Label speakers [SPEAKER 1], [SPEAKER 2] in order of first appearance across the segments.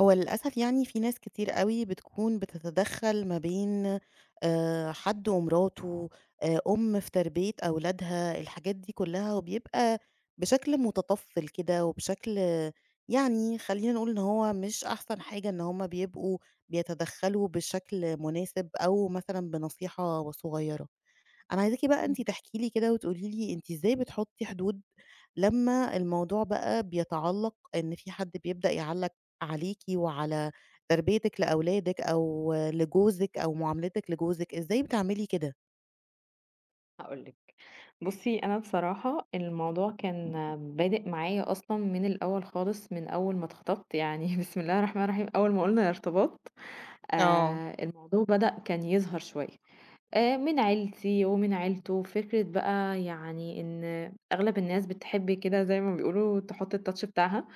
[SPEAKER 1] هو للأسف يعني في ناس كتير أوي بتكون بتتدخّل ما بين حد ومراته، أم في تربية أولادها، الحاجات دي كلّها وبيبقى بشكل متطفّل كده وبشكل يعني خلّينا نقول إن هو مش أحسن حاجة إن هم بيبقوا بيتدخّلوا بشكل مناسب أو مثلًا بنصيحة صغيّرة. أنا عايزاكِ بقى
[SPEAKER 2] إمم،
[SPEAKER 1] أنتِ تحكي لي كده وتقولي لي أنتِ إزاي بتحطّي حدود لمّا الموضوع بقى بيتعلّق إن في حد بيبدأ يعلّق عليكِ وعلى تربيتِك لأولادِك أو لجوزِك أو معاملتِك لجوزِك، إزاي بتعملي كده؟
[SPEAKER 2] هاقول لِك، بُصّي أنا بصراحة الموضوع كان بادئ معايا أصلًا من الأول خالص، من أول ما اتخطبت يعني بسم الله الرحمن الرحيم أول ما قُلنا ارتباط
[SPEAKER 1] آه،
[SPEAKER 2] الموضوع بدأ كان يظهر شوية. من عيلتي ومن عيلته، فكرة بقى يعني إن أغلب الناس بتحب كده زي ما بيقولوا تحُط الtouch بتاعها،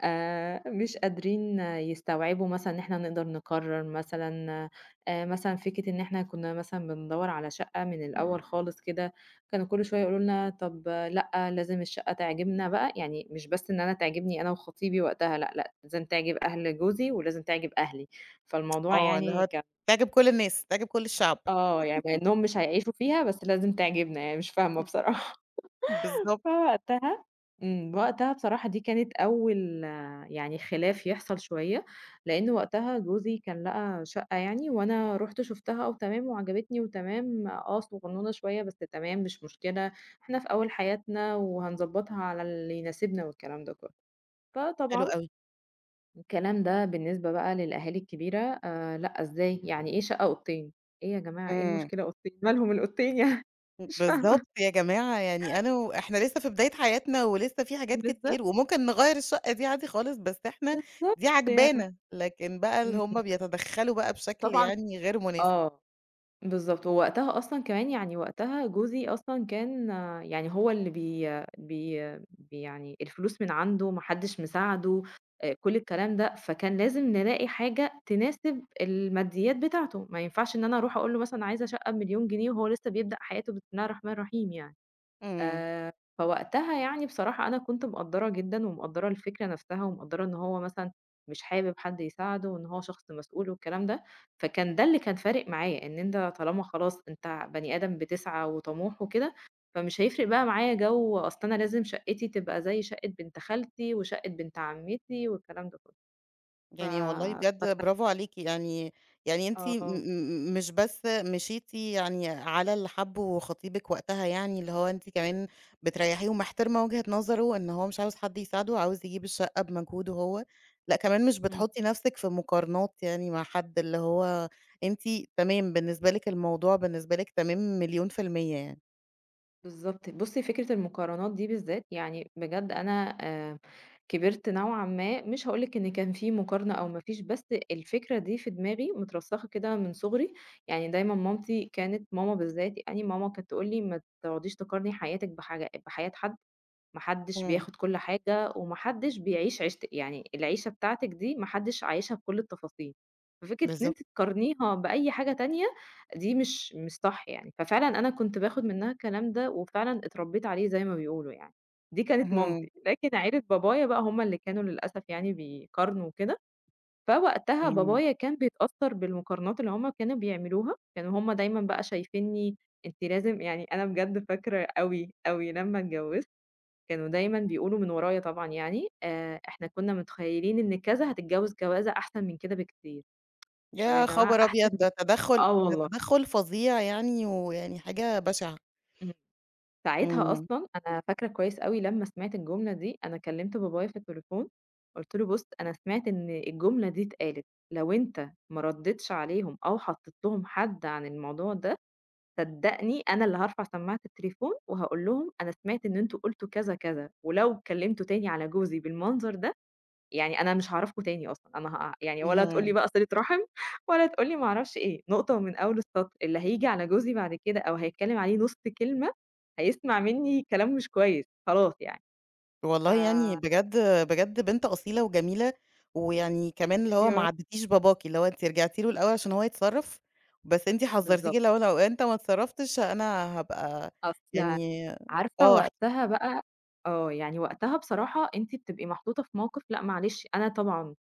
[SPEAKER 2] مش قادرين يستوعبوا مثلًا إن إحنا نقدر نقرّر مثلًا فكرة إن إحنا كُنّا مثلًا بندوّر على شقة من الأول خالص كده، كانوا كل شوية يقولوا لنا طَب لأ، لازم الشقة تعجبنا بقى، يعني مش بس إن أنا تعجبني أنا وخطيبي وقتها لأ، لأ، لازم تعجب أهل جوزي ولازم تعجب أهلي، فالموضوع
[SPEAKER 1] آه، اللي هو
[SPEAKER 2] يعني كان
[SPEAKER 1] تعجب كل الناس، تعجب كل الشعب.
[SPEAKER 2] يعني مع إنهم مش هيعيشوا فيها، بس لازم تعجبنا يعني مش فاهمة بصراحة.
[SPEAKER 1] بالضبط.
[SPEAKER 2] فوقتها وقتها بصراحة دي كانت أول يعني خلاف يحصل شوية، لإن وقتها جوزي كان لقى شقة يعني وأنا رُحت شُفتها وتمام وعجبتني وتمام، آه صغنونة شوية بس تمام مش مشكلة، إحنا في أول حياتنا وهنضبّطها على اللي يناسبنا والكلام ده كُلّه.
[SPEAKER 1] حلو
[SPEAKER 2] فطبعًا
[SPEAKER 1] أوي.
[SPEAKER 2] الكلام ده بالنسبة بقى للأهالي الكبيرة لأ، إزاي؟ يعني إيه شقة أوضتين؟ إيه يا جماعة، إيه
[SPEAKER 1] إمم.
[SPEAKER 2] المشكلة أوضتين؟ مالهم الأوضتين يعني؟ مش
[SPEAKER 1] بالضبط
[SPEAKER 2] فاهمة.
[SPEAKER 1] يا جماعة، يعني أنا وإحنا لسه في بداية حياتنا ولسه في حاجات
[SPEAKER 2] بالضبط،
[SPEAKER 1] كتير وممكن نغيّر الشقة دي عادي خالص، بس إحنا
[SPEAKER 2] بالضبط
[SPEAKER 1] دي
[SPEAKER 2] يعني.
[SPEAKER 1] عاجبانا، لكن بقى اللي
[SPEAKER 2] إمم،
[SPEAKER 1] هُم
[SPEAKER 2] إمم.
[SPEAKER 1] بيتدخّلوا بقى بشكل
[SPEAKER 2] وطبعًا
[SPEAKER 1] يعني غير مناسب.
[SPEAKER 2] آه. بالضبط، ووقتها أصلًا كمان يعني وقتها جوزي أصلًا كان آه، يعني هو اللي بي بي بي يعني الفلوس من عنده، ما حدش مساعده، كل الكلام ده، فكان لازم نلاقي حاجة تناسب الماديات بتاعته، ما ينفعش إن أنا أروح أقول له مثلًا عايزة شقة ب1,000,000 جنيه وهو لسه بيبدأ حياته بسم الله الرحمن الرحيم يعني.
[SPEAKER 1] إمم.
[SPEAKER 2] آآ، فوقتها يعني بصراحة أنا كنت مقدّرة جدًا، ومقدّرة الفكرة نفسها، ومقدّرة إن هو مثلًا مش حابب حد يساعده، وإن هو شخص مسؤول والكلام ده، فكان ده اللي كان فارق معايا، إن أنت طالما خلاص أنت بني آدم بتسعى وطموح وكده، فمش هيفرق بقى معايا جو أصل أنا لازم شقتي تبقى زي شقة بنت خالتي، وشقة بنت عمتي والكلام ده كله، ف
[SPEAKER 1] يعني والله
[SPEAKER 2] فس
[SPEAKER 1] بجد برافو عليكِ، يعني أنتِ م
[SPEAKER 2] آه،
[SPEAKER 1] م مش بس مشيتِ يعني على اللي حابّه خطيبِك وقتها يعني، اللي هو أنتِ كمان بتريّحيه ومحترمة وجهة نظره إن هو مش عاوز حد يساعده، عاوز يجيب الشقة بمجهوده هو، لأ كمان مش
[SPEAKER 2] إمم.
[SPEAKER 1] بتحطّي نَفْسِك في مقارنات يعني مع حد، اللي هو أنتِ تمام بالنسبة لِك الموضوع بالنسبة لِك تمام مليون في المِيّة يعني.
[SPEAKER 2] بالضبط. بُصّي، فكرة المقارنات دي بالذات، يعني بجد أنا كبرت نوعًا ما، مش هاقول لِك إن كان في مقارنة أو ما فيش، بس الفكرة دي في دماغي مترسّخة كده من صغري، يعني دايمًا مامتي كانت ماما بالذات يعني، ماما كانت تقول لي: "ما تقعديش تقارني حياتِك بحاجة بحياة حد ما حدش
[SPEAKER 1] إمم،
[SPEAKER 2] بياخد كل حاجة وما حدش بيعيش عيشت يعني العيشة بتاعتِك دي ما حدش عايشها بكل التفاصيل، ففكرة إن أنتِ
[SPEAKER 1] بالضبط.
[SPEAKER 2] تقارنيها بأي حاجة تانية دي مش صح يعني، ففعلًا أنا كنت باخد منها الكلام ده وفعلًا اتربيت عليه زي ما بيقولوا يعني، دي كانت
[SPEAKER 1] اهم،
[SPEAKER 2] مامتي، لكن عيلة بابايا بقى هم اللي كانوا للأسف يعني بيقارنوا وكده، فوقتها
[SPEAKER 1] إمم.
[SPEAKER 2] بابايا كان بيتأثّر بالمقارنات اللي هم كانوا بيعملوها، كانوا هم دايمًا بقى شايفينّي أنتِ لازم يعني أنا بجد فاكرة أوي، أوي لمّا اتجوزت كانوا دايمًا بيقولوا من ورايا طبعًا يعني، إحنا كنا متخيلين إن كذا هتتجوز جوازة أحسن من كده بكتير، طب يا
[SPEAKER 1] يا
[SPEAKER 2] جماعة
[SPEAKER 1] خبر
[SPEAKER 2] أحسن
[SPEAKER 1] أبيض!
[SPEAKER 2] من
[SPEAKER 1] ده تدخُّل
[SPEAKER 2] آه
[SPEAKER 1] ده
[SPEAKER 2] والله،
[SPEAKER 1] تدخُّل فظيع يعني، ويعني حاجة بشعة.
[SPEAKER 2] إمم، ساعتها
[SPEAKER 1] إمم،
[SPEAKER 2] أصلًا أنا فاكرة كويس أوي لمّا سمعت الجملة دي، أنا كلمت بابايا في التليفون، قُلت له: "بُص أنا سمعت إن الجملة دي اتقالت، لو أنت ما رديتش عليهم أو حطيت لهم حد عن الموضوع ده، صدقني أنا اللي هارفع سماعة التليفون وهاقول لهم أنا سمعت إن أنتم قلتوا كذا كذا، ولو اتكلمتوا تاني على جوزي بالمنظر ده يعني أنا مش هاعرفكم تاني أصلًا، أنا هاقع يعني ولا تقول لي
[SPEAKER 1] اهم.
[SPEAKER 2] بقى صِلة رحم ولا تقول لي ما أعرفش إيه، نقطة من أول السطر، اللي هييجي على جوزي بعد كده أو هيتكلم عليه نُص كلمة، هيسمع منّي كلام مش كويس، خلاص يعني." ف
[SPEAKER 1] والله يعني بجد بجد بنت أصيلة وجميلة، ويعني كمان اللي هو ما
[SPEAKER 2] أيوه.
[SPEAKER 1] عاتبتيش باباكِ، اللي هو أنتِ رجعتِ له الأول عشان هو يتصرّف، بس أنتِ حذّرتيه
[SPEAKER 2] بالضبط.
[SPEAKER 1] لو أنت ما اتصرّفتش أنا هابقى
[SPEAKER 2] أصل
[SPEAKER 1] يعني
[SPEAKER 2] عارفة
[SPEAKER 1] آه، احكِ
[SPEAKER 2] وقتها بقى يعني وقتها بصراحة أنتِ بتبقي محطوطة في موقف لأ معلش أنا طبعًا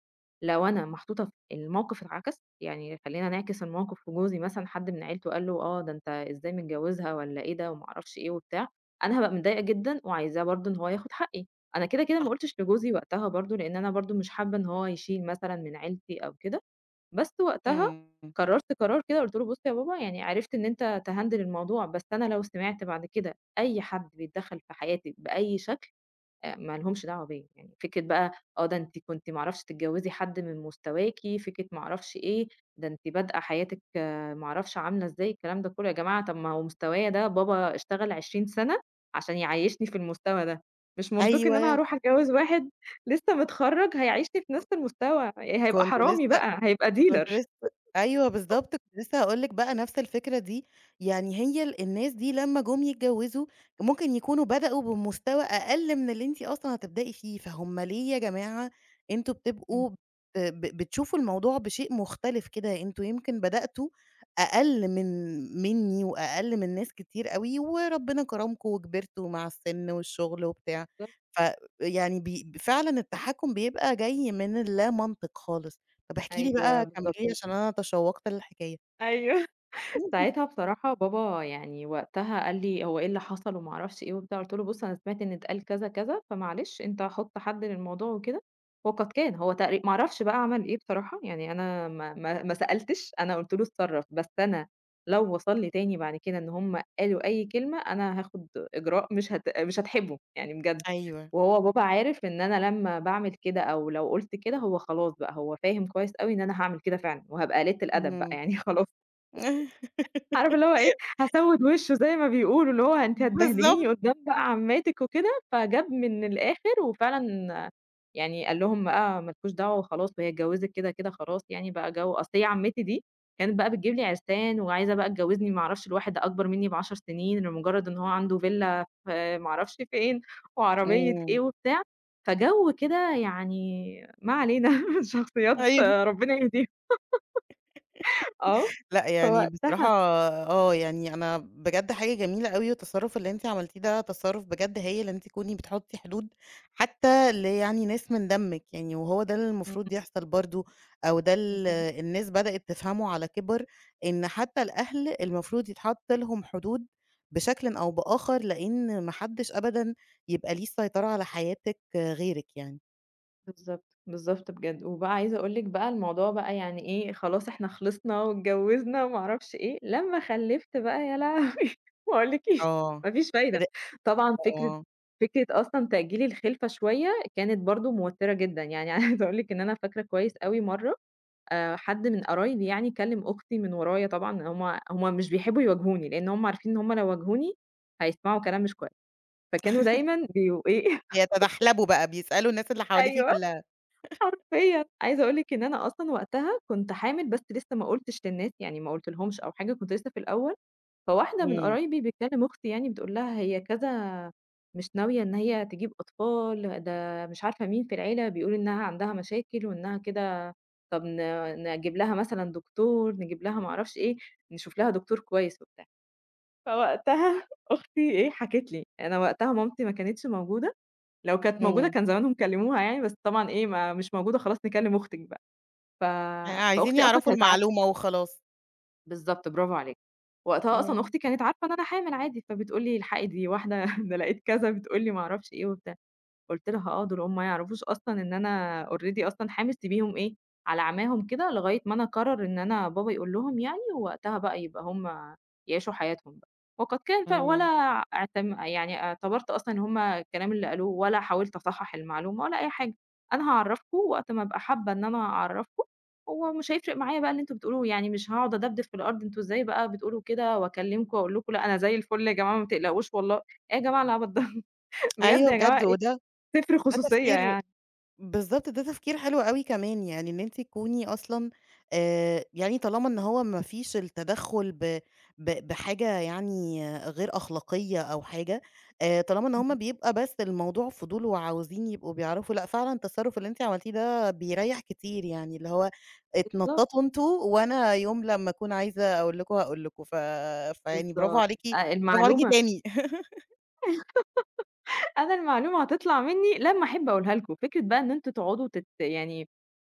[SPEAKER 2] لو أنا محطوطة في الموقف اتعكس، يعني خلّينا نعكس الموقف في جوزي مثلًا حد من عيلته قال له آه، ده أنت إزاي متجوزها والّا إيه ده وما أعرفش إيه وبتاع، أنا هابقى متضايقة جدًا وعايزاه برضه إن هو ياخد حقّي، أنا كده، كده ما
[SPEAKER 1] صح،
[SPEAKER 2] قُلتش لجوزي وقتها برضه لإن أنا برضه مش حابة إن هو يشيل مثلًا من عيلتي أو كده، بس وقتها
[SPEAKER 1] إمم.
[SPEAKER 2] قررت قرار كده قُلت له: "بُص يا بابا يعني عرفت إن أنت تhandle الموضوع، بس أنا لو سمعت بعد كده أي حد بيتدخّل في حياتي بأي شكل ما لهمش دعوة بيّا، يعني فكرة بقى آه ده أنتِ كنتِ ما أعرفش تتجوّزي حد من مستواكِ، فكرة ما أعرفش إيه، ده أنتِ بادئة حياتِك ما أعرفش عاملة إزاي." الكلام ده كلّه، يا جماعة طَب ما هو مستوايا ده بابا اشتغل 20 سَنة عشان يعيّشني في المستوى ده، مش منطقي إن أنا
[SPEAKER 1] أيوه،
[SPEAKER 2] هاروح أتجوّز واحد لسه متخرّج هيعيشني في نفس المستوى، هيبقى
[SPEAKER 1] كنت
[SPEAKER 2] حرامي
[SPEAKER 1] لسه
[SPEAKER 2] بقى، هيبقى
[SPEAKER 1] كنت
[SPEAKER 2] dealer.
[SPEAKER 1] لسه أيوه بالضبط، كنت لسه هاقول لِك بقى نفس الفكرة دي، يعني هي الناس دي لمّا جُم يتجوّزوا ممكن يكونوا بدأوا بمستوى أقل من اللي أنتِ أصلًا هتبدئي فيه، فهُم ليه يا جماعة أنتم
[SPEAKER 2] إمم،
[SPEAKER 1] بتبقوا ب ب بتشوفوا الموضوع بشيء مختلف كده، أنتم يمكن بدأتوا أقل منّي وأقل من ناس كتير أوي، وربنا كرمكم وكبرتوا مع السِن والشغل وبتاع،
[SPEAKER 2] بالضبط،
[SPEAKER 1] ف يعني فعلًا التحكُّم بيبقى جاي من اللامنطق خالص. طب احكي لي
[SPEAKER 2] أيوه
[SPEAKER 1] بقى كمّلي
[SPEAKER 2] بالضبط.
[SPEAKER 1] لي عشان أنا تشوّقت للحكاية.
[SPEAKER 2] أيوه. ساعتها بصراحة بابا يعني وقتها قال لي: "هو إيه اللي حصل؟" وما أعرفش إيه وبتاع، قُلت له: "بُص أنا سمعت إن اتقال كذا، كذا، فمعلش أنت حُط حد للموضوع وكده." وقد كان، هو تقري ما أعرفش بقى عمل إيه بصراحة، يعني أنا ما سألتش، أنا قُلت له: "اتصرّف." بس أنا لو وصل لي تاني بعد كده إن هم قالوا أي كلمة، أنا هاخد إجراء مش هاتحمّه، يعني بجد.
[SPEAKER 1] أيوه.
[SPEAKER 2] وهو بابا عارف إن أنا لمّا باعمل كده أو لو قُلت كده، هو خلاص بقى، هو فاهم كويس أوي إن أنا هاعمل كده فعلًا، وهابقى قليلة الأدب بقى
[SPEAKER 1] اهم.
[SPEAKER 2] يعني خلاص. عارفة اللي هو إيه، هاسوِّد وشه زي ما بيقولوا، اللي هو أنتِ هتبهدليني
[SPEAKER 1] بالضبط.
[SPEAKER 2] قدّام بقى عماتِك وكده، فجاب من الآخر وفعلًا يعني قال لهم بقى ما لكوش دعوة وخلاص وهي اتجوّزت كده، كده خلاص يعني بقى جو أصل هي عمّتي دي كانت بقى بتجيب لي عرسان وعايزة بقى تجوّزني ما أعرفش لواحد أكبر منّي ب10 سنين لمجرّد إن هو عنده فيلا في ما أعرفش فين وعربية
[SPEAKER 1] إمم.
[SPEAKER 2] إيه وبتاع، فجَو كده يعني ما علينا شخصيات
[SPEAKER 1] أيوه.
[SPEAKER 2] ربنا يهديها آه،
[SPEAKER 1] لأ، يعني بصراحة
[SPEAKER 2] فوقتها
[SPEAKER 1] آه، يعني أنا بجد حاجة جميلة أوي، والتصرُّف اللي أنتِ عملتيه ده تصرُّف بجد هايل، إن أنتِ تكوني بتحُطّي حدود حتى يعني ناس من دمِّك يعني، وهو ده اللي
[SPEAKER 2] إمم.
[SPEAKER 1] المفروض يحصل برضه، أو ده ال الناس بدأت تفهمه على كِبَر، إن حتى الأهل المفروض يتحَط لهم حدود بشكلٍ أو بآخر، لإن ما حدّش أبدًا يبقى ليه السيطرة على حياتِك غيرِك يعني.
[SPEAKER 2] بالضبط، بالضبط بجد. وبقى عايزة أقول لِك بقى الموضوع بقى يعني إيه، خلاص إحنا خلصنا واتجوّزنا وما أعرفش إيه، لمّا خلِّفت بقى يا لهوي! ما أقولكيش
[SPEAKER 1] آه،
[SPEAKER 2] ما فيش فايدة.
[SPEAKER 1] ر
[SPEAKER 2] طبعًا فكرة
[SPEAKER 1] آه،
[SPEAKER 2] فكرة أصلًا تأجيل الخلفة شوية كانت برضه موتِّرة جدًا. يعني عايزة أقول لِك إن أنا فاكرة كويس أوي مرّة حد من قرايبي يعني كلِّم أختي من ورايا طبعًا هم مش بيحبّوا يواجهوني، لإن هم عارفين إن هم لو واجهوني هيسمعوا كلام مش كويس، فكانوا دايمًا بيبقوا إيه
[SPEAKER 1] بيتدحلبوا بقى، بيسألوا الناس اللي حواليكِ
[SPEAKER 2] أيوه.
[SPEAKER 1] كُلّها.
[SPEAKER 2] حرفيًا، عايزة أقول لِك إن أنا أصلًا وقتها كنت حامل بس لسه ما قُلتش للناس، يعني ما قُلتلهمش أو حاجة، كنت لسه في الأول، فواحدة من
[SPEAKER 1] إمم،
[SPEAKER 2] قرايبي بتكلم أختي يعني بتقول لها: "هي كذا مش ناوية إن هي تجيب أطفال، ده مش عارفة مين في العيلة بيقول إنها عندها مشاكل وإنها كده طب نجيب لها مثلًا دكتور، نجيب لها ما أعرفش إيه، نشوف لها دكتور كويس وبتاع." فوقتها أختي إيه، حكِت لي، أنا وقتها مامتي ما كانتش موجودة لو كانت موجودة
[SPEAKER 1] إمم.
[SPEAKER 2] كان زمانهم كلموها يعني، بس طبعًا إيه ما مش موجودة خلاص نكلم أختِك بقى، ف
[SPEAKER 1] عايزين
[SPEAKER 2] فأختي أصلًا
[SPEAKER 1] يعرفوا
[SPEAKER 2] كانت عارفة،
[SPEAKER 1] المعلومة وخلاص.
[SPEAKER 2] بالضبط برافو عليكِ، وقتها أصلًا
[SPEAKER 1] إمم،
[SPEAKER 2] أختي كانت عارفة إن أنا حامل عادي، فبتقول لي: "الحقي دي واحدة ده لقيت كذا." بتقول لي ما أعرفش إيه وبتاع، قُلت لها آه، دول هُم ما يعرفوش أصلًا إن أنا already أصلًا حامل سيبيهم إيه، على عماهم كده لغاية ما أنا أقرر إن أنا بابا يقول لهم يعني، ووقتها بقى يبقى هُم يعيشوا حياتهم بقى. وقد كان ف ولا
[SPEAKER 1] إمم.
[SPEAKER 2] اعتم يعني اعتبرت أصلًا إن هُم الكلام اللي قالوه ولا حاولت أصحّح المعلومة ولا أي حاجة، أنا هاعرّفكم وقت ما أبقى حابة إن أنا أعرّفكم، ومش هيفرق معايا بقى اللي أنتم بتقولوه، يعني مش هاقعد أدبدب في الأرض أنتم إزاي بقى بتقولوا كده وأكلمكم وأقول لكم لأ أنا زي الفل يا جماعة ما تقلقوش والله، إيه يا جماعة العبط ده بجد
[SPEAKER 1] أيوه
[SPEAKER 2] يا
[SPEAKER 1] بجد
[SPEAKER 2] جماعة
[SPEAKER 1] وده
[SPEAKER 2] صفر
[SPEAKER 1] ده
[SPEAKER 2] خصوصية
[SPEAKER 1] تفكير
[SPEAKER 2] يعني،
[SPEAKER 1] بالضبط، ده تفكير حلو أوي كمان، يعني إن أنتِ تكوني أصلًا يعني طالما إن هو ما فيش التدخُّل ب ب بحاجة يعني غير أخلاقية أو حاجة، طالما إن هُم
[SPEAKER 2] إمم.
[SPEAKER 1] بيبقى بس الموضوع فضول وعاوزين يبقوا بيعرفوا، لأ فعلًا التصرُّف اللي أنتِ عملتيه ده بيريّح كتير يعني، اللي هو
[SPEAKER 2] بالضبط،
[SPEAKER 1] اتنططوا أنتم وأنا يوم لمّا أكون عايزة أقول لكم هاقول لكم، فيعني برافو
[SPEAKER 2] بالضبط.
[SPEAKER 1] عليكِ،
[SPEAKER 2] أ
[SPEAKER 1] برافو عليكِ
[SPEAKER 2] المعلومة
[SPEAKER 1] تاني.
[SPEAKER 2] أنا المعلومة هتطلع منّي لمّا أحب أقولها لكم، فكرة بقى إن أنتم تقعدوا يعني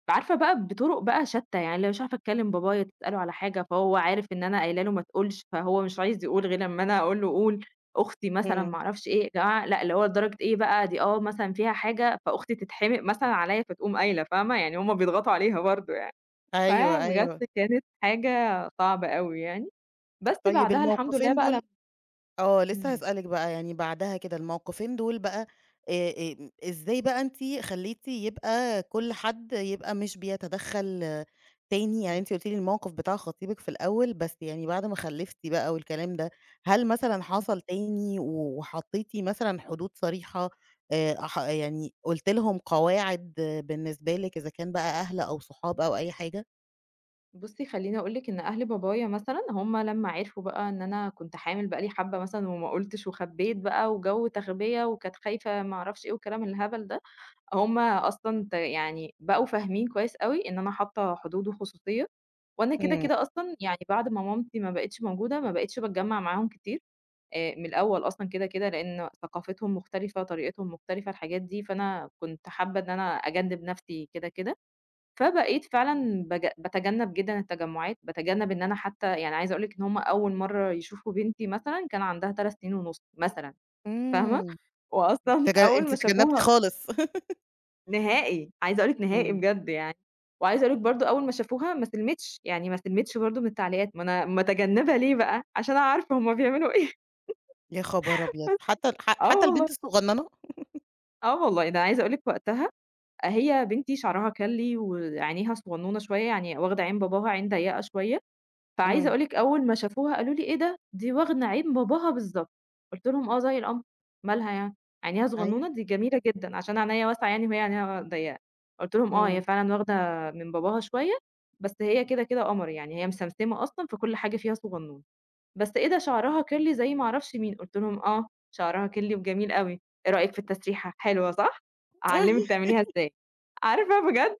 [SPEAKER 2] عارفة بقى بطُرق بقى شتّى، يعني لو مش عارفة أتكلّم بابايا تسأله على حاجة، فهو عارف إن أنا قايلة له ما تقولش، فهو مش عايز يقول غير لمّا أنا أقول له قُل، أختي مثلًا
[SPEAKER 1] إمم،
[SPEAKER 2] ما أعرفش إيه، يا جماعة لأ، اللي هو لدرجة إيه بقى دي آه مثلًا فيها حاجة، فأختي تتحمق مثلًا عليّا فتقوم قايلة، فاهمة، يعني هُم بيضغطوا عليها برضه يعني،
[SPEAKER 1] أيوه، أيوه.
[SPEAKER 2] فبجد كانت حاجة صعبة أوي يعني. بس
[SPEAKER 1] طيب
[SPEAKER 2] بعدها الحمد لله
[SPEAKER 1] الموقفين
[SPEAKER 2] بقى
[SPEAKER 1] دول
[SPEAKER 2] لم
[SPEAKER 1] آه، لسه
[SPEAKER 2] إمم،
[SPEAKER 1] هاسألِك بقى، يعني بعدها كده الموقفين دول بقى آمم، إزاي بقى أنتِ خلّيتِ يبقى كل حد يبقى مش بيتدخّل تاني؟ يعني
[SPEAKER 2] إمم،
[SPEAKER 1] أنتِ قُلتِ لي الموقف بتاع خطيبِك في الأول، بس يعني بعد ما خلّفتِ بقى والكلام ده، هل مثلًا
[SPEAKER 2] إمم.
[SPEAKER 1] حصل تاني وحطّيتِ مثلًا حدود صريحة ح يعني قُلتِ لهم قواعد بالنسبة لِك إذا كان بقى أهل أو صحاب أو أي حاجة؟
[SPEAKER 2] بُصّي خلّيني أقول لِك إن أهل بابايا مثلًا هم لمّا عرفوا بقى إن أنا كنت حامل بقى لي حبّة مثلًا وما قُلتش وخبّيت بقى وجَو تخبية وكانت خايفة ما أعرفش إيه والكلام الهبل ده، هم أصلًا يعني بقوا فاهمين كويس أوي إن أنا حاطّة حدود وخصوصية، وأنا كده،
[SPEAKER 1] إمم،
[SPEAKER 2] كده أصلًا يعني بعد ما مامتي ما بقِتش موجودة ما بقِتش باتجمّع معاهم كتير، من الأول أصلًا كده، كده لإن ثقافتهم مختلفة، طريقتهم مختلفة، الحاجات دي، فأنا كنت حابة إن أنا أجنّب نَفْسي كده، كده. فبقيت فعلًا باتجنب جدًا التجمُّعات، باتجنب إن أنا حتى يعني عايزة أقول لِك إن هُم أول مرّة يشوفوا بنتي مثلًا كان عندها 3 سنين ونُص مثلًا، فاهمة؟
[SPEAKER 1] إمم،
[SPEAKER 2] وأصلًا أول
[SPEAKER 1] أنتِ
[SPEAKER 2] ما
[SPEAKER 1] تجنّبتِ
[SPEAKER 2] شافوها
[SPEAKER 1] خالص.
[SPEAKER 2] نهائي، عايزة أقول لِك نهائي
[SPEAKER 1] إمم.
[SPEAKER 2] بجد يعني، وعايزة أقول لِك برضه أول ما شافوها ما سلمِتش، يعني ما سلمِتش برضه من التعليقات، ما أنا متجنبة ليه بقى؟ عشان أنا عارفة هُم بيعملوا إيه
[SPEAKER 1] يا خبر أبيض! حتى ح
[SPEAKER 2] آه
[SPEAKER 1] حتى البنت
[SPEAKER 2] والله،
[SPEAKER 1] الصغننة؟
[SPEAKER 2] آه والله، ده أنا عايزة أقول لِك وقتها هي بنتي شعرها كَلّي وعينيها صغنونة شوية، يعني واخدة عين باباها عين ضيّقة شوية فعايزة
[SPEAKER 1] إمم،
[SPEAKER 2] أقول لِك أول ما شافوها قالوا لي: "إيه ده؟ دي واخدة عين باباها بالضبط." قُلت لهم: "آه، زي القمر، مالها يعني؟ عينيها
[SPEAKER 1] أيوه،
[SPEAKER 2] صغنونة؟ دي جميلة جدًا." عشان عينيّا واسعة يعني وهي عينيها ضيّقة. قُلت لهم: "آه، هي
[SPEAKER 1] إمم،
[SPEAKER 2] فعلًا واخدة من باباها شوية، بس هي كده، كده قمر يعني، هي مسمسمة أصلًا فكل حاجة فيها صغنونة. بس إيه ده شعرها curly زي ما أعرفش مين." قُلت لهم: "آه، شعرها curly وجميل أوي. إيه رأيِك في التسريحة؟ حلوة صح؟ أعلّمِك تعمليها إزاي." عارفة بجد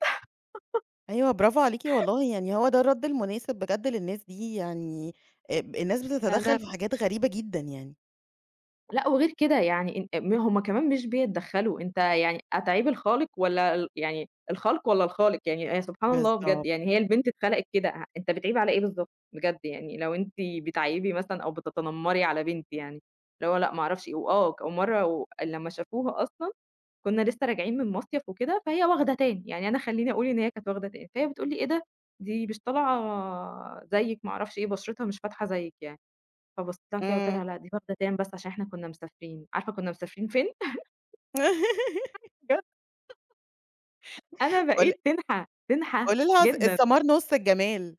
[SPEAKER 1] أيوه برافو عليكِ والله، يعني هو ده الرد المناسب بجد للناس دي، يعني ب الناس بتتدخل
[SPEAKER 2] أنا
[SPEAKER 1] في حاجات غريبة جدًا يعني.
[SPEAKER 2] لأ، وغير كده يعني إن هم كمان مش بيتدخّلوا، أنت يعني أتعيب الخالق والّا يعني الخلق والّا الخالق؟ يعني هي سبحان الله بجد،
[SPEAKER 1] بالضبط،
[SPEAKER 2] يعني هي البنت اتخلقت كده، أنت بتعيب على إيه بالضبط؟ بجد يعني لو أنتِ بتعيّبي مثلًا أو بتتنمّري على بنت يعني، اللي هو لأ ما أعرفش إيه، وآه ك ومرّة و لمّا شافوها أصلًا كُنّا لسه راجعين من مصيف وكده، فهي واخدة تان، يعني أنا خلّيني أقول إن هي كانت واخدة تان، فهي بتقول لي: "إيه ده؟ دي مش طالعة زيِّك ما أعرفش إيه، بشرتها مش فاتحة زيِّك يعني." فبصيت لها كده قُلت
[SPEAKER 1] إمم،
[SPEAKER 2] لها: "لأ، دي واخدة تان بس عشان إحنا كنا مسافرين." عارفة كنا مسافرين فين؟ بجد أنا
[SPEAKER 1] قول
[SPEAKER 2] بقيت تنحى، تنحى
[SPEAKER 1] قولي لها الث
[SPEAKER 2] جدًا.
[SPEAKER 1] الثمار نص الجمال،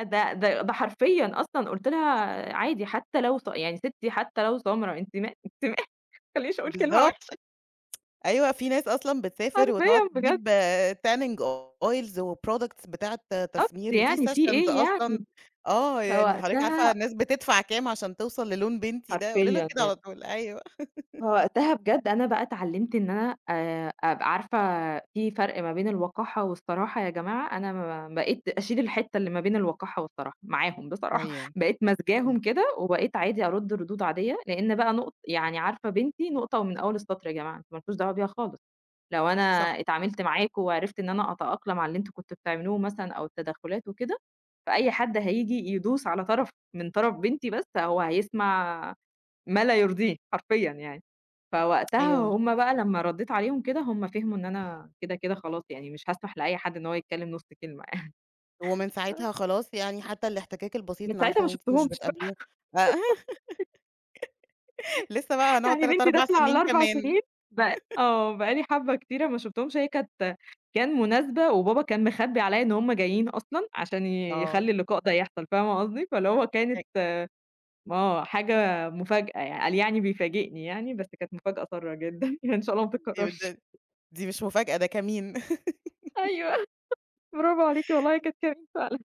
[SPEAKER 2] ده حرفيًا أصلًا قُلت لها: "عادي حتى لو ص يعني ستي حتى لو سمرا أنتِ ما أنتِ ما" خلّينيش أقول كلمة
[SPEAKER 1] بالضبط.
[SPEAKER 2] وِحشة.
[SPEAKER 1] أيوه، في ناس أصلًا بتسافر وتقعد
[SPEAKER 2] حرفيًا بجد
[SPEAKER 1] تجيب tanning oils وproducts بتاعة تسمير، وفي
[SPEAKER 2] يعني في
[SPEAKER 1] sessions
[SPEAKER 2] إيه
[SPEAKER 1] أصلًا
[SPEAKER 2] يعني؟
[SPEAKER 1] آه، يعني حضرتِك عارفة
[SPEAKER 2] فوقتها
[SPEAKER 1] الناس بتدفع كام عشان توصل للون بنتي ده، قولي له
[SPEAKER 2] حرفيًا
[SPEAKER 1] كده على
[SPEAKER 2] يعني
[SPEAKER 1] طول، أيوه.
[SPEAKER 2] فوقتها بجد أنا بقى اتعلمت إن أنا أبقى عارفة في فرق ما بين الوقاحة والصراحة يا جماعة، أنا ما بقيت أشيل الحتّة اللي ما بين الوقاحة والصراحة معاهم بصراحة،
[SPEAKER 1] أيوه،
[SPEAKER 2] بقيت ماسكاهم
[SPEAKER 1] أيوه،
[SPEAKER 2] كده وبقيت عادي أرُد ردود عادية، لإن بقى نقط يعني عارفة بنتي نقطة ومن أول السطر يا جماعة، أنتم ما لكوش دعوة بيها خالص، لو أنا
[SPEAKER 1] صح،
[SPEAKER 2] اتعاملت معاكم وعرفت إن أنا أتأقلم على اللي أنتم كنتم بتعملوه مثلًا أو التدخلات وكده، فأي حد هييجي يدوس على طرف من طرف بنتي بس هو هيسمع ما لا يرضيه حرفيًا يعني. فوقتها
[SPEAKER 1] أيوه،
[SPEAKER 2] هُم بقى لمّا ردّيت عليهم كده، هُم فهموا إن أنا كده، كده خلاص يعني مش هاسمح لأي حد إن هو يتكلّم نُص كلمة
[SPEAKER 1] ومن ساعتها خلاص يعني حتى الاحتكاك البسيط
[SPEAKER 2] من
[SPEAKER 1] أنا
[SPEAKER 2] ساعتها
[SPEAKER 1] عارفة
[SPEAKER 2] ما
[SPEAKER 1] إن أنتِ مش
[SPEAKER 2] شُفتهمش
[SPEAKER 1] بتقابليه
[SPEAKER 2] بقى،
[SPEAKER 1] آآ لسه بقى هنقعد
[SPEAKER 2] يعني
[SPEAKER 1] 3،
[SPEAKER 2] بنتي
[SPEAKER 1] 4
[SPEAKER 2] داخلة على
[SPEAKER 1] سنين
[SPEAKER 2] ال4
[SPEAKER 1] كمان،
[SPEAKER 2] سنين بقى آه، بقى لي حبّة كتيرة ما شُفتهمش، هي كانت كان مناسبة وبابا كان مخبّي عليّا إن هُم جايين أصلًا عشان
[SPEAKER 1] آه،
[SPEAKER 2] يخلّي اللقاء ده يحصل، فاهمة قصدي؟ فاللي هو كانت حاجة مفاجأة يعني، قال يعني بيفاجئني يعني، بس كانت مفاجأة سارة جدًا، يعني إن شاء الله ما تتكرّرش.
[SPEAKER 1] دي مش مفاجأة، ده كمين.
[SPEAKER 2] أيوه، برافو عليكِ والله هي كانت جميلة فعلًا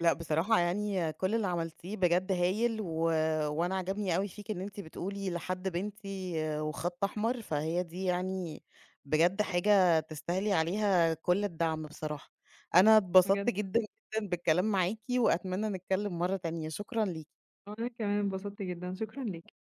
[SPEAKER 1] لأ، بصراحة يعني كل اللي عملتيه بجد هايل، وأنا عجبني أوي فيكِ إن أنتِ بتقولي لحد بنتي وخط أحمر، فهي دي يعني بجد حاجة تستاهلي عليها كل الدعم بصراحة. أنا اتبسطت
[SPEAKER 2] بجد.
[SPEAKER 1] جدًا، جدًا بالكلام معاكِ، وأتمنى نتكلم مرة تانية، شكرًا ليكِ.
[SPEAKER 2] وأنا كمان اتبسطت جدًا، شكرًا ليك.